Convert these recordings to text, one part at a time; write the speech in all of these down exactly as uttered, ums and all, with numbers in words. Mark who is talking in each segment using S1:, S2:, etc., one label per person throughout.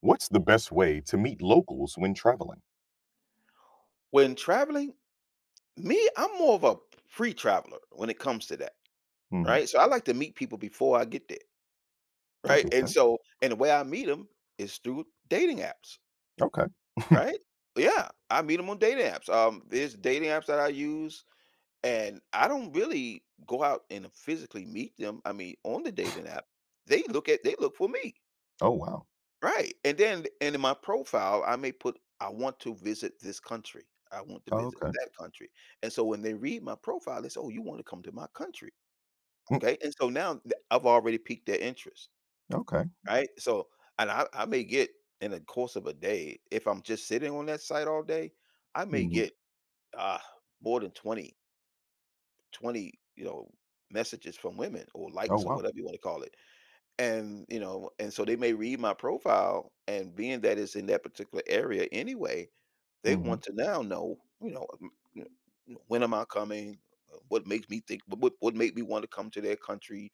S1: What's the best way to meet locals when traveling?
S2: When traveling, me, I'm more of a free traveler when it comes to that,
S1: Mhm.
S2: right? So I like to meet people before I get there,
S1: I
S2: right?
S1: get
S2: And
S1: that.
S2: so, and the way I meet them is through dating apps,
S1: Okay.
S2: right? Yeah, I meet them on dating apps. Um, there's dating apps that I use, and I don't really go out and physically meet them. I mean, on the dating app, they look at they look for me.
S1: Oh, wow.
S2: Right. And then and in my profile, I may put, I want to visit this country. I want to
S1: Oh,
S2: visit
S1: okay.
S2: that country. And so when they read my profile, they say, "Oh, you want to come to my country."
S1: Mm,
S2: Okay. And so now th- I've already piqued their interest.
S1: okay.
S2: Right. So and I, I may get in the course of a day, if I'm just sitting on that site all day, I may
S1: Mhm.
S2: get uh more than twenty twenty, you know, messages from women or
S1: Oh,
S2: likes or
S1: wow.
S2: whatever you want to call it, and you know, and so they may read my profile, and being that it's in that particular area anyway, they want
S1: Mhm.
S2: to now know, you know, m- you know, when am I coming. Uh, what makes me think what what what made me want to come to their country.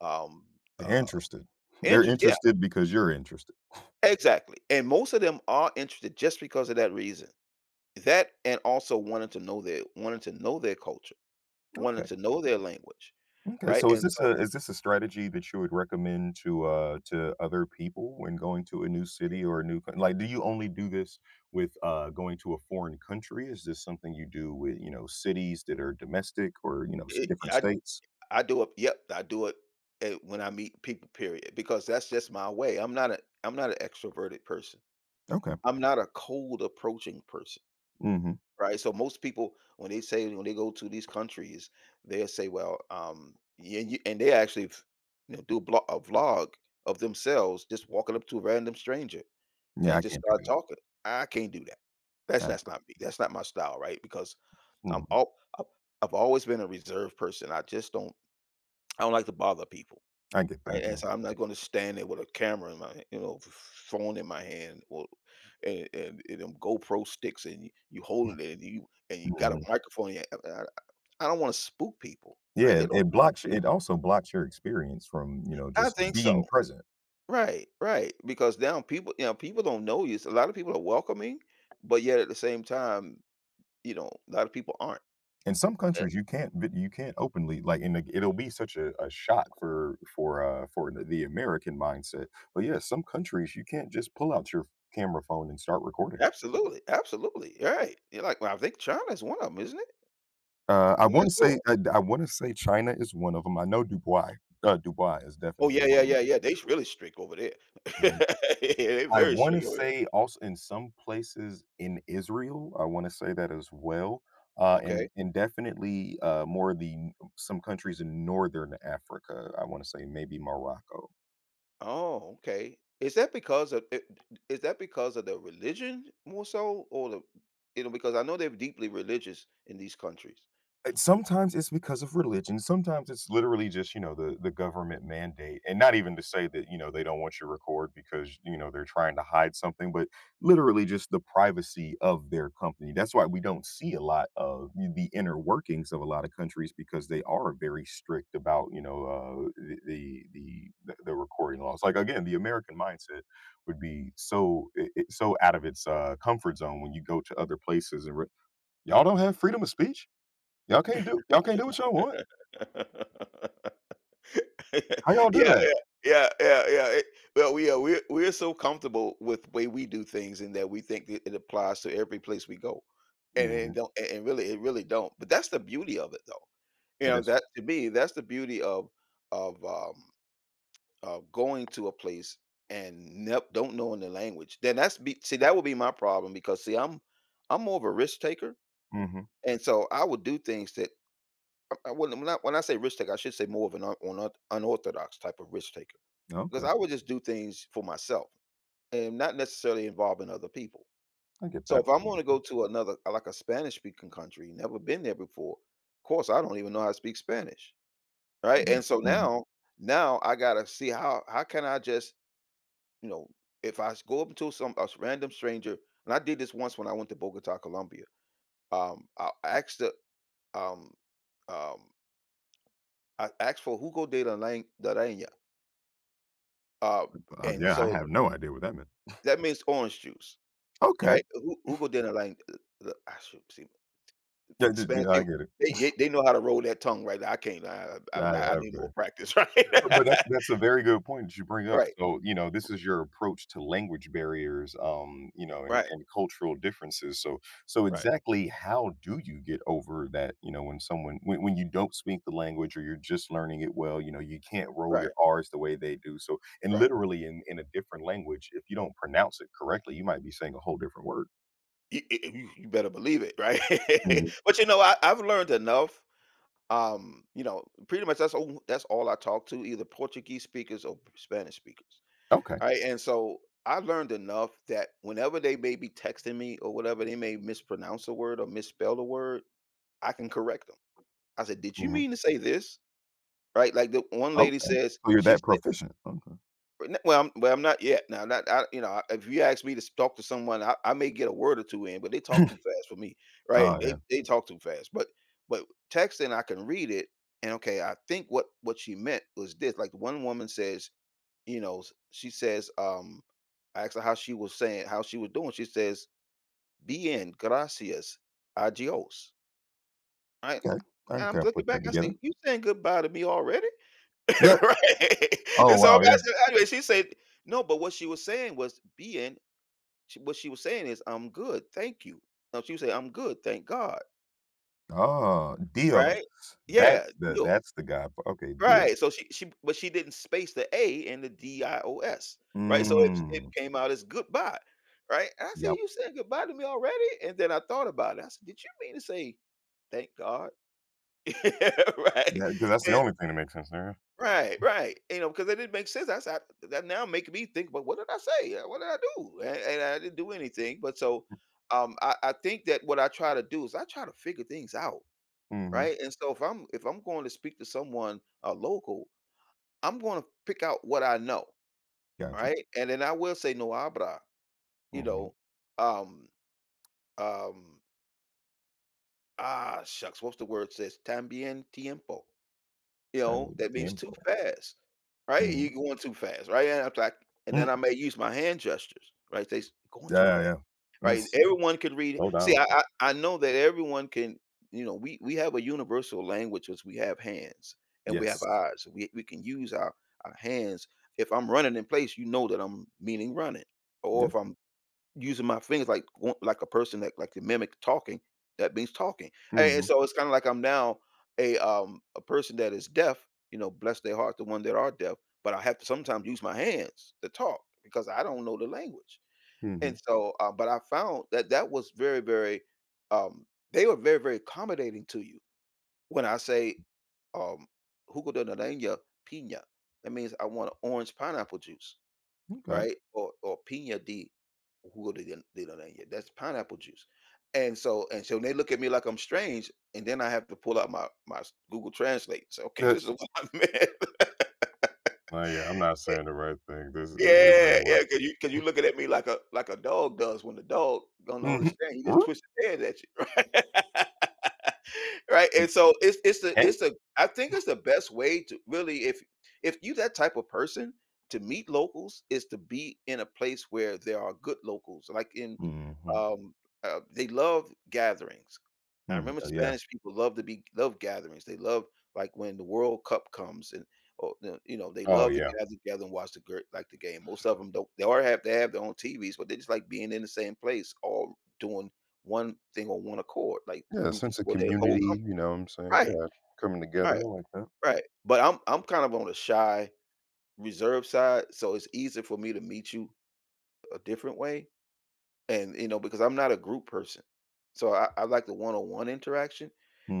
S2: Um
S1: They're
S2: uh
S1: interested. They're
S2: interest Yeah,
S1: interested because you're interested.
S2: exactly, and most of them are interested just because of that reason, that and also wanting to know their wanting to know their culture, wanting
S1: Okay.
S2: to know their language.
S1: Okay.
S2: Right,
S1: So is
S2: and
S1: this
S2: so
S1: a is this a strategy that you would recommend to uh to other people when going to a new city or a new coun- like do you only do this with uh going to a foreign country? Is this something you do with, you know, cities that are domestic or, you know, s- different
S2: it,
S1: states?
S2: I do it. Yep, I do it eh, when I meet people. Period, because that's just my way. I'm not a I'm not an extroverted person.
S1: Okay.
S2: I'm not a cold approaching person,
S1: Mhm.
S2: right? So most people, when they say, when they go to these countries, they'll say, "Well, um, yeah," you, and they actually, f- you know, do a, blo- a vlog of themselves just walking up to a random stranger
S1: Yeah,
S2: and
S1: I
S2: just
S1: can't do
S2: start talking. I can't do that. That's
S1: that.
S2: that's not me. That's not my style, right? Because I'm
S1: Mhm.
S2: all I've I've always been a reserved person. I just don't. I don't like to bother people.
S1: I get
S2: Right,
S1: that,
S2: and
S1: yeah.
S2: so I'm not gonna stand there with a camera in my, you know, f phone in my hand, or and and and them GoPro sticks and you you holding it, and you, and you got a
S1: Mhm.
S2: microphone in your, I I I don't wanna spook people, right?
S1: Yeah,
S2: They don't
S1: it
S2: know
S1: blocks
S2: me.
S1: it also blocks your experience from, you know,
S2: I
S1: just
S2: think
S1: being
S2: so.
S1: present.
S2: Right, right, because now people, you know, people don't know you. So a lot of people are welcoming, but yet at the same time, you know, a lot of people aren't.
S1: In some
S2: A
S1: countries, you can't vi you can't openly like, in the it'll be such a a shock for for, uh, for the the American mindset. But, yeah, some countries, you can't just pull out your camera phone and start recording.
S2: Absolutely, absolutely, right. You're like, well, I think China's one of them, 'em, isn't it?
S1: Uh, I
S2: I'm not
S1: wanna say
S2: sure.
S1: I I wanna say China is one of them. I know Dubai, uh, Dubai is
S2: Oh,
S1: definitely
S2: yeah, yeah,
S1: one of them.
S2: yeah, yeah, they s really strict over there. Yeah, they
S1: I
S2: very
S1: wanna
S2: strict over there.
S1: say also in some places in Israel, I wanna say that as well, uh,
S2: Okay.
S1: and and definitely, uh, more of the n- some countries in Northern Africa, I wanna say maybe Morocco.
S2: Oh, okay. Is that because of i- is that because of the religion more so, or the, you know, because I know they're deeply religious in these countries.
S1: It sometimes it's because of religion, sometimes it's literally just, you know, the the government mandate, and not even to say that, you know, they don't want you to record because, you know, they're trying to hide something, but literally just the privacy of their company. That's why we don't see a lot of the inner workings of a lot of countries because they are very strict about, you know, uh, the the the the the recording laws. Like, again, the American mindset would be so I I so out of its, uh, comfort zone when you go to other places and re "Y'all don't have freedom of speech?" Y'all can't do y'all can't do what y'all want. How y'all do
S2: Yeah,
S1: that?
S2: yeah, yeah, yeah, yeah, it well, we are we're we're so comfortable with the way we do things, and that we think that it applies to every place we go, and it
S1: Mhm.
S2: don't, and and really it really don't, but that's the beauty of it, though. You
S1: It
S2: know,
S1: is.
S2: that to me, that's the beauty of, of, um, of going to a place and nep don't knowing the language. Then that's be see, That would be my problem, because see, I'm I'm more of a risk taker,
S1: Mhm.
S2: and so I would do things that, I I wouldn't when I when I say risk taker, I should say more of an un, un, unorthodox type of risk taker, because
S1: Okay.
S2: I would just do things for myself and not necessarily involving other people.
S1: I get
S2: So
S1: that.
S2: if I'm
S1: I
S2: going to
S1: get
S2: go
S1: that.
S2: to another, like a Spanish speaking country, never been there before, of course I don't even know how to speak Spanish. Right?
S1: Mhm.
S2: And so
S1: Mhm.
S2: now, now I gotta see how how can I just, you know, if I s- go up to some a s- random stranger. And I did this once when I went to Bogota, Colombia. Um, I asked the um um I asked for jugo de la naranja. Uh,
S1: Uh,
S2: and
S1: yeah, I
S2: so
S1: have no idea what that meant.
S2: that means orange juice,
S1: Okay.
S2: right? Ju- Jugo de naranja. Uh, I should see the
S1: Yeah, d
S2: Spanish
S1: d- I
S2: people.
S1: get it.
S2: They, they they know how to roll that tongue right. Now. I can't. I, I'm
S1: I
S2: not. I
S1: I
S2: need more practice. Right.
S1: No, but that that's a very good point that you bring up. So, you know, this is your approach to language barriers, um, you know, and,
S2: Right. Right.
S1: and cultural differences. So, so
S2: Right.
S1: exactly how do you get over that? You know, when someone when, when you don't speak the language or you're just learning it well, you know, you can't roll
S2: Right.
S1: your R's the way they do. So, and
S2: Right.
S1: literally in in a different language, if you don't pronounce it correctly, you might be saying a whole different word.
S2: You I you You better believe it, right?
S1: Mhm.
S2: But, you know, I I've learned enough, um, you know, pretty much that's all that's all I talk to, either Portuguese speakers or Spanish speakers,
S1: Okay.
S2: all right? And so, I learned enough that whenever they may be texting me or whatever, they may mispronounce a word or misspell a word, I can correct them. I said, "Did you
S1: Mhm.
S2: mean to say this?" Right? Like, the one lady
S1: Okay.
S2: says,
S1: So you're
S2: she
S1: that
S2: said,
S1: proficient. Okay.
S2: N well, I'm well, I'm not yet. Now, not I you know, I- if you ask me to s talk to someone, I I may get a word or two in, but they talk too fast for me, right?
S1: Oh
S2: They
S1: yeah.
S2: they talk too fast, but but texting, I can read it, and, okay, I think what what she meant was this, like, one woman says, you know, s she says, um I asked her, how she was saying how she was doing, she says, "Bien, gracias, adios," right?
S1: Okay. I can
S2: And I'm
S1: kind of
S2: looking
S1: put
S2: back,
S1: that
S2: I
S1: together.
S2: say, "You saying goodbye to me already?"
S1: Yeah.
S2: Right?
S1: Oh
S2: And so I'm
S1: wow. Yeah.
S2: asking, anyway, she said, no, but what she was saying was being, she, what she was saying is, I'm good, thank you. No, she would say, I'm good, thank God,
S1: Oh, Dios.
S2: right?
S1: That's
S2: Yeah,
S1: the
S2: deals,
S1: that's the guy. Okay, Dios.
S2: right? So she, she, but she didn't space the A and the D I O S, right? So it, it
S1: Mm,
S2: came out as goodbye, right? And I said,
S1: yep.
S2: you said goodbye to me already? And then I thought about it. I said, did you mean to say thank God? Right?
S1: Because that's the only thing that makes sense there.
S2: Right, right. You know, because that didn't make sense. I s- I- that now make me think, but what did I say? Uh, What did I do? And, and I didn't do anything. But so um I, I think that what I try to do is I try to figure things out.
S1: Mhm.
S2: Right. And so if I'm if I'm going to speak to someone, uh, local, I'm going to pick out what I know.
S1: Gotcha.
S2: Right. And then I will say no abra, you
S1: Mhm.
S2: know. Um um ah shucks, what's the word says? También tiempo. You know,
S1: Dame
S2: that means too
S1: tiempo.
S2: fast, right? You're
S1: Mhm.
S2: going too fast, right? And I'm like, and
S1: Mm.
S2: then I may use my hand gestures, right? They s going
S1: Yeah,
S2: too
S1: yeah,
S2: fast,
S1: yeah. Mm,
S2: right? Everyone could read it.
S1: slow
S2: See,
S1: down.
S2: I I I know that everyone can, you know, we we have a universal language because we have hands, and we have
S1: Yes.
S2: eyes. We we can use our our hands. If I'm running in place, you know that I'm meaning running, or if
S1: Yep.
S2: I'm using my fingers like, go like a person that like to mimic talking, that means talking. And and
S1: Mhm,
S2: so it's kinda like I'm now a, um, a person that is deaf, you know, bless their heart, the one that are deaf, but I have to sometimes use my hands to talk because I don't know the language.
S1: mhm.
S2: And so, uh, but I found that that was very, very, um, they were very, very accommodating to you. When I say, um, "Jugo de naranja piña," that means I want a orange pineapple juice,
S1: Okay.
S2: right? Or or piña de jugo de, lia- de naranja. That's pineapple juice. And so, and so they look at me like I'm strange, and then I have to pull out my my Google Translate. So okay,
S1: The
S2: this is what I meant.
S1: Oh, yeah, I'm not saying the right thing. This uh, this
S2: Yeah,
S1: ain't
S2: yeah,
S1: work.
S2: 'cause you cause you looking at me like a like a dog does when the dog don't
S1: Mhm.
S2: understand, he just
S1: Woo.
S2: twists his head at you, right? Right, and so it's it's the it's
S1: Hey.
S2: the I think it's the best way to really, if if you that type of person to meet locals is to be in a place where there are good locals, like in,
S1: Mhm.
S2: um uh, they love gatherings. I
S1: Mm,
S2: remember
S1: uh, yeah.
S2: Spanish people, love to be love gatherings. They love, like when the World Cup comes and, oh, the, you know, they
S1: Oh,
S2: love to
S1: yeah.
S2: gather together and watch the gir like, the game. Most of them 'em don't, they all have to have their own T Vs, but they just like being in the same place, all doing one thing on one accord, like,
S1: Yeah, a
S2: rooting
S1: sense of
S2: for their whole com.
S1: community, you know what I'm saying?
S2: Right,
S1: Yeah, coming together, I
S2: right,
S1: like that.
S2: right. But I'm I'm kind of on the shy, reserved side, so it's easier for me to meet you a different way. And, you know, because I'm not a group person. So I, I like the one-on-one interaction.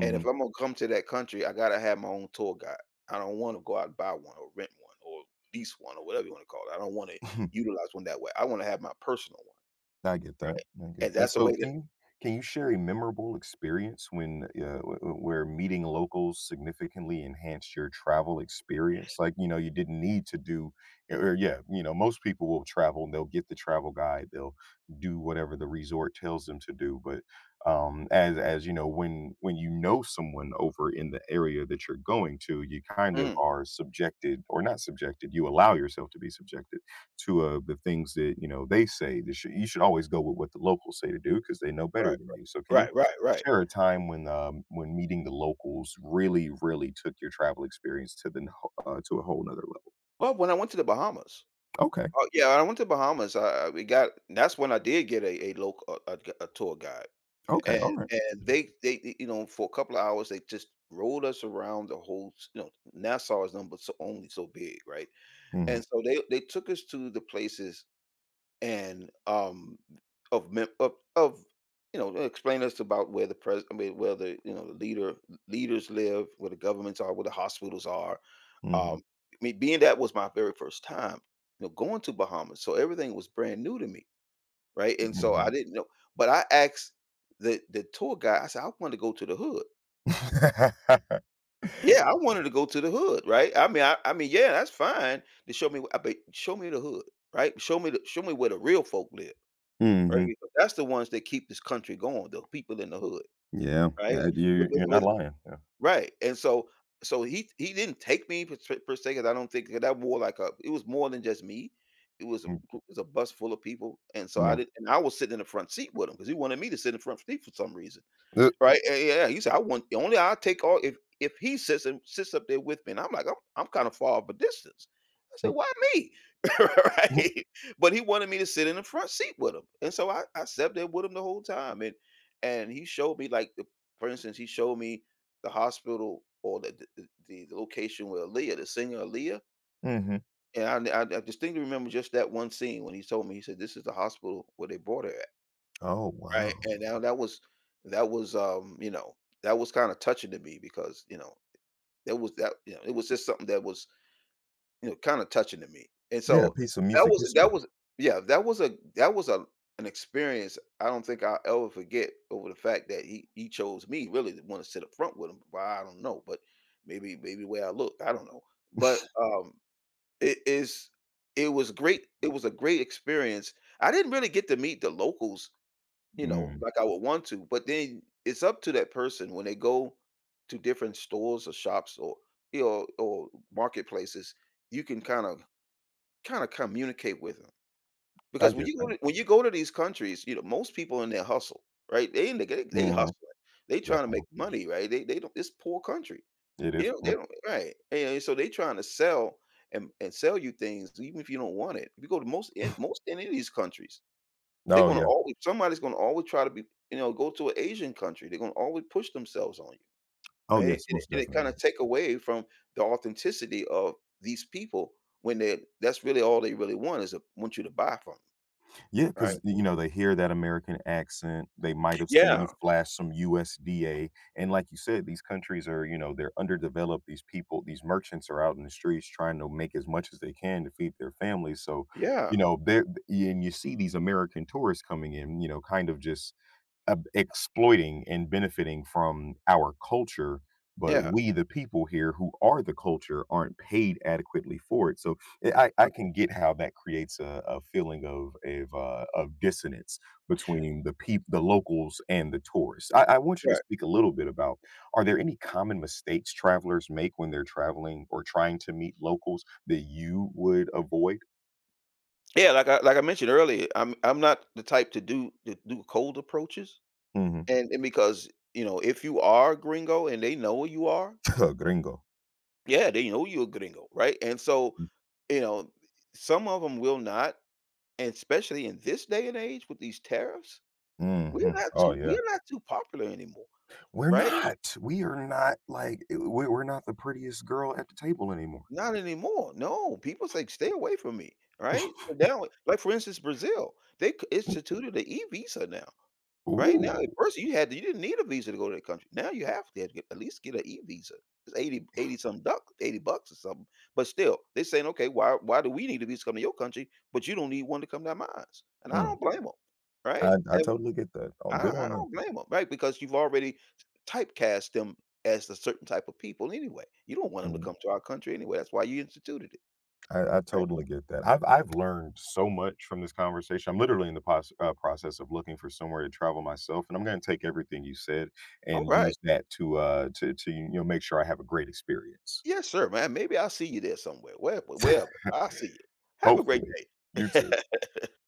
S2: And if I'm gonna come to that country, I gotta have my own tour guide. I don't want to go out and buy one or rent one or lease one or whatever you want to call it. I don't want to utilize one that way. I want to have my personal one,
S1: I get that,
S2: right?
S1: I get
S2: And
S1: that.
S2: that's the way
S1: So
S2: that...
S1: can you can you share a memorable experience when, uh, w w where meeting locals significantly enhanced your travel experience? Like, you know, you didn't need to do eh, or yeah, you know, most people will travel and they'll get the travel guide, they'll do whatever the resort tells them to do, but, um, as as, you know, when when you know someone over in the area that you're going to, you kind of
S2: Mm,
S1: are subjected or not subjected, you allow yourself to be subjected to uh, the things that you know they say. This should, you should always go with what the locals say to do because they know better
S2: right,
S1: than you. So can you
S2: right, right, right.
S1: share a time when um, when meeting the locals really really took your travel experience to the n- uh, to a whole nother level?
S2: Well, when I went to the Bahamas,
S1: Okay,
S2: oh yeah, I went to Bahamas. I, I- we got that's when I did get a, a local, a, a, a tour guide.
S1: okay,
S2: And
S1: all right.
S2: and they they they you know, for a couple of hours, they just rolled us around the whole s you know, Nassau is number so only so big, right?
S1: Mm-hmm,
S2: And so they they took us to the places, and, um, of mem of of you know, explain us about where the pres I mean, where the, you know, the leader leaders live, where the governments are, where the hospitals are.
S1: mm-hmm,
S2: Um, I mean, being that was my very first time, you know, going to Bahamas, so everything was brand new to me, right? And so
S1: mm-hmm.
S2: I didn't know, but I asked the the tour guy. I said, "I want to go to the hood." Yeah, I wanted to go to the hood, right? I mean, I, I mean, yeah, that's fine to show me, wh- but show me the hood, right? Show me the show me where the real folk live, right?
S1: Hmm.
S2: Because that's the ones that keep this country going, the people in the hood,
S1: Yeah,
S2: right?
S1: yeah,
S2: But,
S1: you you're not
S2: but-
S1: lying. Yeah.
S2: Right, and so so he he didn't take me per se per se 'cause I don't think 'cause that more like a... it was more than just me. It was a
S1: Mm,
S2: it was a bus full of people, and so I
S1: yeah.
S2: did, and I was sitting in the front seat with him because he wanted me to sit in the front seat for some reason.
S1: Uh,
S2: Right? Eh, yeah, yeah. He said, "I want only I take all if if he sits and sits up there with me." And I'm like, "I'm I'm kind of far of a distance." I said,
S1: mm,
S2: "Why me?" Right? But he wanted me to sit in the front seat with him, and so I I sat there with him the whole time, and and he showed me like the... for instance, he showed me the hospital or the the, the, the location where Aaliyah, the singer Aaliyah.
S1: mhm.
S2: And I, I I distinctly remember just that one scene when he told me. He said, "This is the hospital where they brought her."
S1: Oh
S2: Right, and
S1: wow.
S2: now that was... that was, um, you know, that was kinda touching to me because, you know, that was... that you know, it was just something that was, you know, kinda touching to me, and
S1: Yeah, a
S2: so
S1: piece of
S2: that
S1: music
S2: was...
S1: history.
S2: that was, yeah, that was a... that was a... an experience I don't think I'll ever forget, over the fact that he he chose me really to wanna sit up front with him. Why? I don't know, but maybe maybe the way I look, I don't know, but, um, it is... it was great it was a great experience. I didn't really get to meet the locals, you know,
S1: Mm,
S2: like I would want to, but then it's up to that person. When they go to different stores or shops, or you know, or marketplaces, you can kind of kind of communicate with them.
S1: I
S2: Because when
S1: get
S2: you go
S1: that.
S2: to when you go to these countries, you know, most people in their hustle, right? They in the they, they
S1: Hmm.
S2: hustling. They trying to make money, right? They they don't it's poor country.
S1: It
S2: You
S1: is,
S2: know, they
S1: yeah.
S2: don't... right. And so they trying to sell, and, and sell you things even if you don't want it. If you go to most in most any of these countries, they're
S1: Oh,
S2: gonna
S1: yeah.
S2: always... somebody's gonna always try to be, you know, go to an Asian country. They're gonna always push themselves on you,
S1: Oh,
S2: right?
S1: yes,
S2: And it,
S1: most
S2: and it kind
S1: definitely.
S2: of take away from the authenticity of these people when they... that's really all they really want is to want you to buy from 'em,
S1: Yeah,
S2: right?
S1: because you know, they hear that American accent, they might have seen
S2: Yeah,
S1: you flash some U S D A, and like you said, these countries are, you know, they're underdeveloped, these people these merchants are out in the streets trying to make as much as they can to feed their families, so,
S2: yeah,
S1: you know, they and you see these American tourists coming in, you know, kind of just ab- exploiting and benefiting from our culture but
S2: yeah,
S1: we the people here who are the culture aren't paid adequately for it so i, I
S2: uh,
S1: I can get how that creates a, a feeling of of, uh, of dissonance between the people the locals and the tourists. I, I want you to
S2: right.
S1: speak a little bit about are there any common mistakes travelers make when they're traveling or trying to meet locals that you would avoid.
S2: Yeah, like I like I mentioned earlier, I'm I'm not the type to do to do cold approaches,
S1: Hmm.
S2: and and because, you know, if you are a gringo and they know you are,
S1: Gringo.
S2: yeah, they know you're a gringo, right? And so, you know, some of them will not... And especially in this day and age with these tariffs,
S1: Hmm.
S2: we're not
S1: Oh
S2: too
S1: yeah.
S2: we're not too popular anymore,
S1: We're
S2: right?
S1: not. We are not like eh, we we're not the prettiest girl at the table anymore.
S2: Not anymore. No, people say, "Stay away from me," right? So now, like for instance, Brazil, they c- instituted the e visa now, right? Now, at
S1: Ooh.
S2: first you had you didn't need a visa to go to the country. Now you have to get, at least get an e visa. It's eighty eighty some duck, eighty bucks or something. But still, they're saying, okay, why why do we need a visa to come to your country, but you don't need one to come to mine? And I
S1: Mm,
S2: don't blame them, right?
S1: I I totally get that. Oh,
S2: I
S1: good
S2: I
S1: on them.
S2: don't blame them, right? Because you've already typecast them as a certain type of people anyway. You don't want them to
S1: Mm,
S2: come to our country anyway. That's why you instituted it,
S1: I I
S2: right?
S1: totally get that. I've I've learned so much from this conversation. I'm literally in the pos- uh, process of looking for somewhere to travel myself, and I'm going to take everything you said
S2: All
S1: and
S2: right.
S1: use that to uh to to you know make sure I have a great experience.
S2: Yes, sir, man. Maybe I'll see you there somewhere. Wherever, wherever. I'll see you. Have a great
S1: Hopefully,
S2: day.
S1: you too.